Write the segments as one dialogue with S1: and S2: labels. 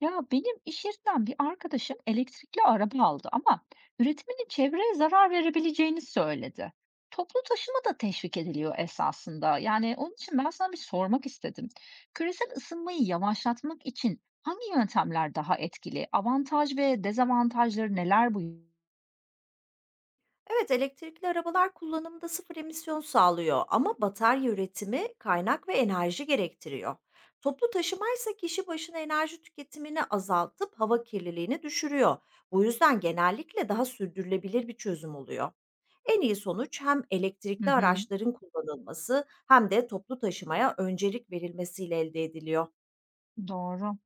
S1: Ya benim iş yerinden bir arkadaşım elektrikli araba aldı ama üretiminin çevreye zarar verebileceğini söyledi. Toplu taşıma da teşvik ediliyor esasında. Yani onun için ben sana bir sormak istedim. Küresel ısınmayı yavaşlatmak için hangi yöntemler daha etkili? Avantaj ve dezavantajları neler bu?
S2: Evet, elektrikli arabalar kullanımda sıfır emisyon sağlıyor ama batarya üretimi kaynak ve enerji gerektiriyor. Toplu taşıma ise kişi başına enerji tüketimini azaltıp hava kirliliğini düşürüyor. Bu yüzden genellikle daha sürdürülebilir bir çözüm oluyor. En iyi sonuç hem
S1: Hı
S2: elektrikli
S1: hı,
S2: araçların kullanılması hem de toplu taşımaya öncelik verilmesiyle elde ediliyor.
S1: doğru.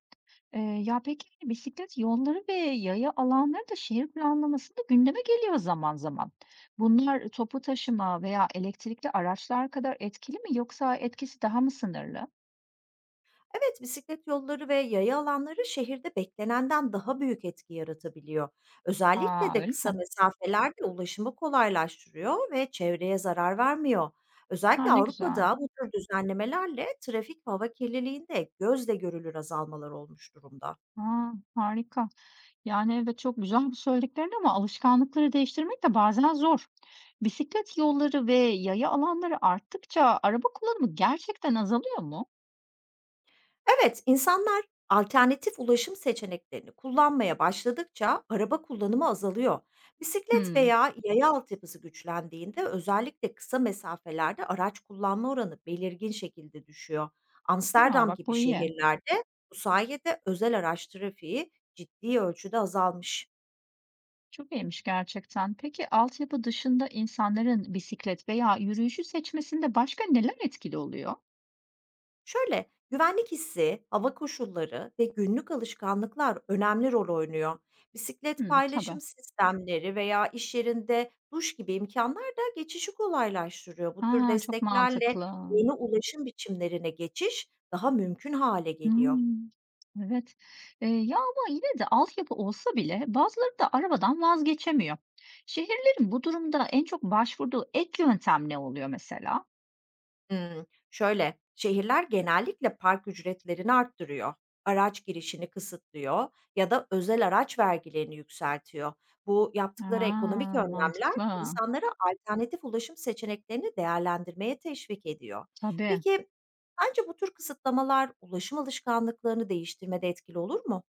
S1: Peki, hani, bisiklet yolları ve yaya alanları da şehir planlamasında gündeme geliyor zaman zaman. Bunlar topu taşıma veya elektrikli araçlar kadar etkili mi yoksa etkisi daha mı sınırlı?
S2: Evet, bisiklet yolları ve yaya alanları şehirde beklenenden daha büyük etki yaratabiliyor. Özellikle
S1: A,
S2: de
S1: öyle
S2: kısa
S1: mi?
S2: mesafelerde ulaşımı kolaylaştırıyor ve çevreye zarar vermiyor.
S1: A,
S2: Özellikle
S1: ne güzel.
S2: Avrupa'da bu tür düzenlemelerle trafik ve hava kirliliğinde gözle görülür azalmalar olmuş durumda.
S1: A, harika. Yani, evet, çok güzel bu söylediklerin ama alışkanlıkları değiştirmek de bazen zor. Bisiklet yolları ve yaya alanları arttıkça araba kullanımı gerçekten azalıyor mu?
S2: Evet, insanlar alternatif ulaşım seçeneklerini kullanmaya başladıkça araba kullanımı azalıyor. Bisiklet
S1: Hımm.
S2: veya yaya altyapısı güçlendiğinde özellikle kısa mesafelerde araç kullanma oranı belirgin şekilde düşüyor.
S1: A,
S2: Amsterdam
S1: bak
S2: gibi
S1: bu iyi.
S2: şehirlerde bu sayede özel araç trafiği ciddi ölçüde azalmış.
S1: Çok iyiymiş gerçekten. Peki altyapı dışında insanların bisiklet veya yürüyüşü seçmesinde başka neler etkili oluyor?
S2: Şöyle, güvenlik hissi, hava koşulları ve günlük alışkanlıklar önemli rol oynuyor. Bisiklet
S1: Hımm, tabii.
S2: paylaşım sistemleri veya iş yerinde duş gibi imkanlar da geçişi kolaylaştırıyor. Bu tür
S1: A, çok
S2: desteklerle
S1: mantıklı.
S2: yeni ulaşım biçimlerine geçiş daha mümkün hale geliyor.
S1: Hımm. Evet. Ama yine de altyapı olsa bile bazıları da arabadan vazgeçemiyor. Şehirlerin bu durumda en çok başvurduğu ek yöntem ne oluyor mesela?
S2: Şöyle, şehirler genellikle park ücretlerini arttırıyor, araç girişini kısıtlıyor ya da özel araç vergilerini yükseltiyor. Bu yaptıkları ekonomik
S1: A,
S2: önlemler
S1: mantıklı.
S2: insanlara alternatif ulaşım seçeneklerini değerlendirmeye teşvik ediyor.
S1: Tabii.
S2: Peki, sence bu tür kısıtlamalar ulaşım alışkanlıklarını değiştirmede etkili olur mu?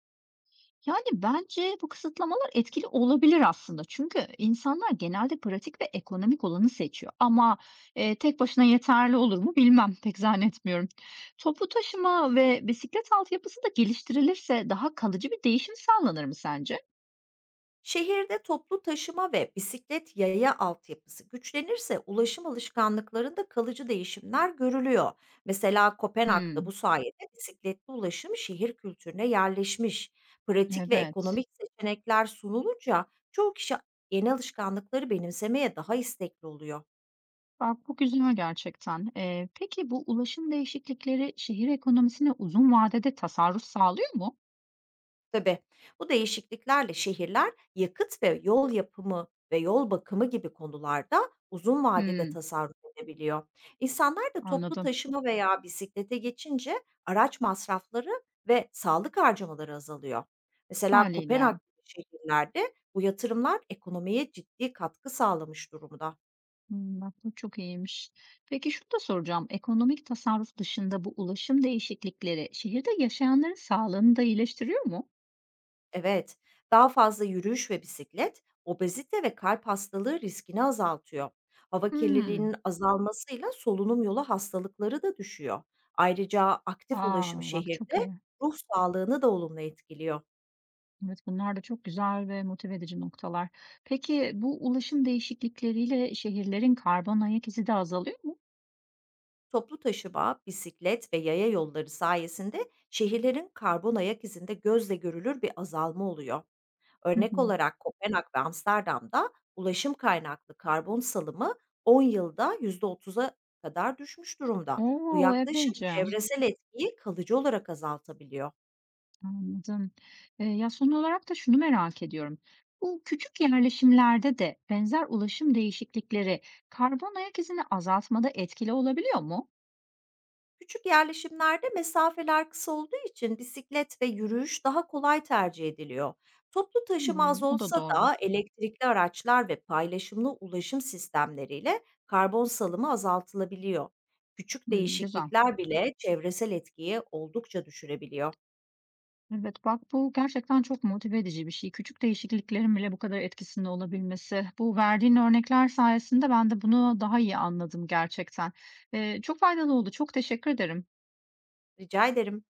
S1: Yani, bence bu kısıtlamalar etkili olabilir aslında. Çünkü insanlar genelde pratik ve ekonomik olanı seçiyor ama, tek başına yeterli olur mu bilmem, pek zannetmiyorum. Toplu taşıma ve bisiklet altyapısı da geliştirilirse daha kalıcı bir değişim sağlanır mı sence?
S2: Şehirde toplu taşıma ve bisiklet yaya altyapısı güçlenirse ulaşım alışkanlıklarında kalıcı değişimler görülüyor. Mesela Kopenhag'da
S1: Hımm,
S2: bu sayede bisikletli ulaşım şehir kültürüne yerleşmiş. Pratik ve
S1: evet.
S2: ekonomik seçenekler sunulunca çoğu kişi yeni alışkanlıkları benimsemeye daha istekli oluyor.
S1: Bak, bu güzel gerçekten. Peki bu ulaşım değişiklikleri şehir ekonomisine uzun vadede tasarruf sağlıyor mu?
S2: Tabii. Bu değişikliklerle şehirler yakıt ve yol yapımı ve yol bakımı gibi konularda uzun vadede
S1: Hımm,
S2: tasarruf edebiliyor. İnsanlar da toplu
S1: anladım.
S2: taşıma veya bisiklete geçince araç masrafları ve sağlık harcamaları azalıyor. Mesela
S1: Hâliyle.
S2: Kopenhag gibi şehirlerde bu yatırımlar ekonomiye ciddi katkı sağlamış durumda.
S1: Hımm, bak bu çok iyiymiş. Peki şunu da soracağım, ekonomik tasarruf dışında bu ulaşım değişiklikleri şehirde yaşayanların sağlığını da iyileştiriyor mu?
S2: Evet, daha fazla yürüyüş ve bisiklet obezite ve kalp hastalığı riskini azaltıyor. Hava
S1: Hımm.
S2: kirliliğinin azalmasıyla solunum yolu hastalıkları da düşüyor. Ayrıca aktif
S1: A!
S2: ulaşım
S1: Bak çok
S2: şehirde
S1: iyi.
S2: ruh sağlığını da olumlu etkiliyor.
S1: Evet, bunlar da çok güzel ve motive edici noktalar. Peki bu ulaşım değişiklikleriyle şehirlerin karbon ayak izi de azalıyor mu?
S2: Toplu taşıma, bisiklet ve yaya yolları sayesinde şehirlerin karbon ayak izinde gözle görülür bir azalma oluyor.
S1: Hı
S2: Örnek
S1: hı.
S2: olarak Kopenhag ve Amsterdam'da ulaşım kaynaklı karbon salımı 10 yılda %30'a kadar düşmüş durumda. Bu
S1: O!
S2: yaklaşım
S1: Epeyce.
S2: çevresel etkiyi kalıcı olarak azaltabiliyor.
S1: Anladım. Son olarak da şunu merak ediyorum. Bu küçük yerleşimlerde de benzer ulaşım değişiklikleri karbon ayak izini azaltmada etkili olabiliyor mu?
S2: Küçük yerleşimlerde mesafeler kısa olduğu için bisiklet ve yürüyüş daha kolay tercih ediliyor. Toplu taşıma az
S1: Hımm, o da
S2: olsa
S1: doğru.
S2: da elektrikli araçlar ve paylaşımlı ulaşım sistemleriyle karbon salımı azaltılabiliyor. Küçük
S1: Hımm, güzel.
S2: değişiklikler bile çevresel etkiyi oldukça düşürebiliyor.
S1: Evet, bak bu gerçekten çok motive edici bir şey. Küçük değişikliklerin bile bu kadar etkisinde olabilmesi. Bu verdiğin örnekler sayesinde ben de bunu daha iyi anladım gerçekten. Çok faydalı oldu. Çok teşekkür ederim.
S2: Rica ederim.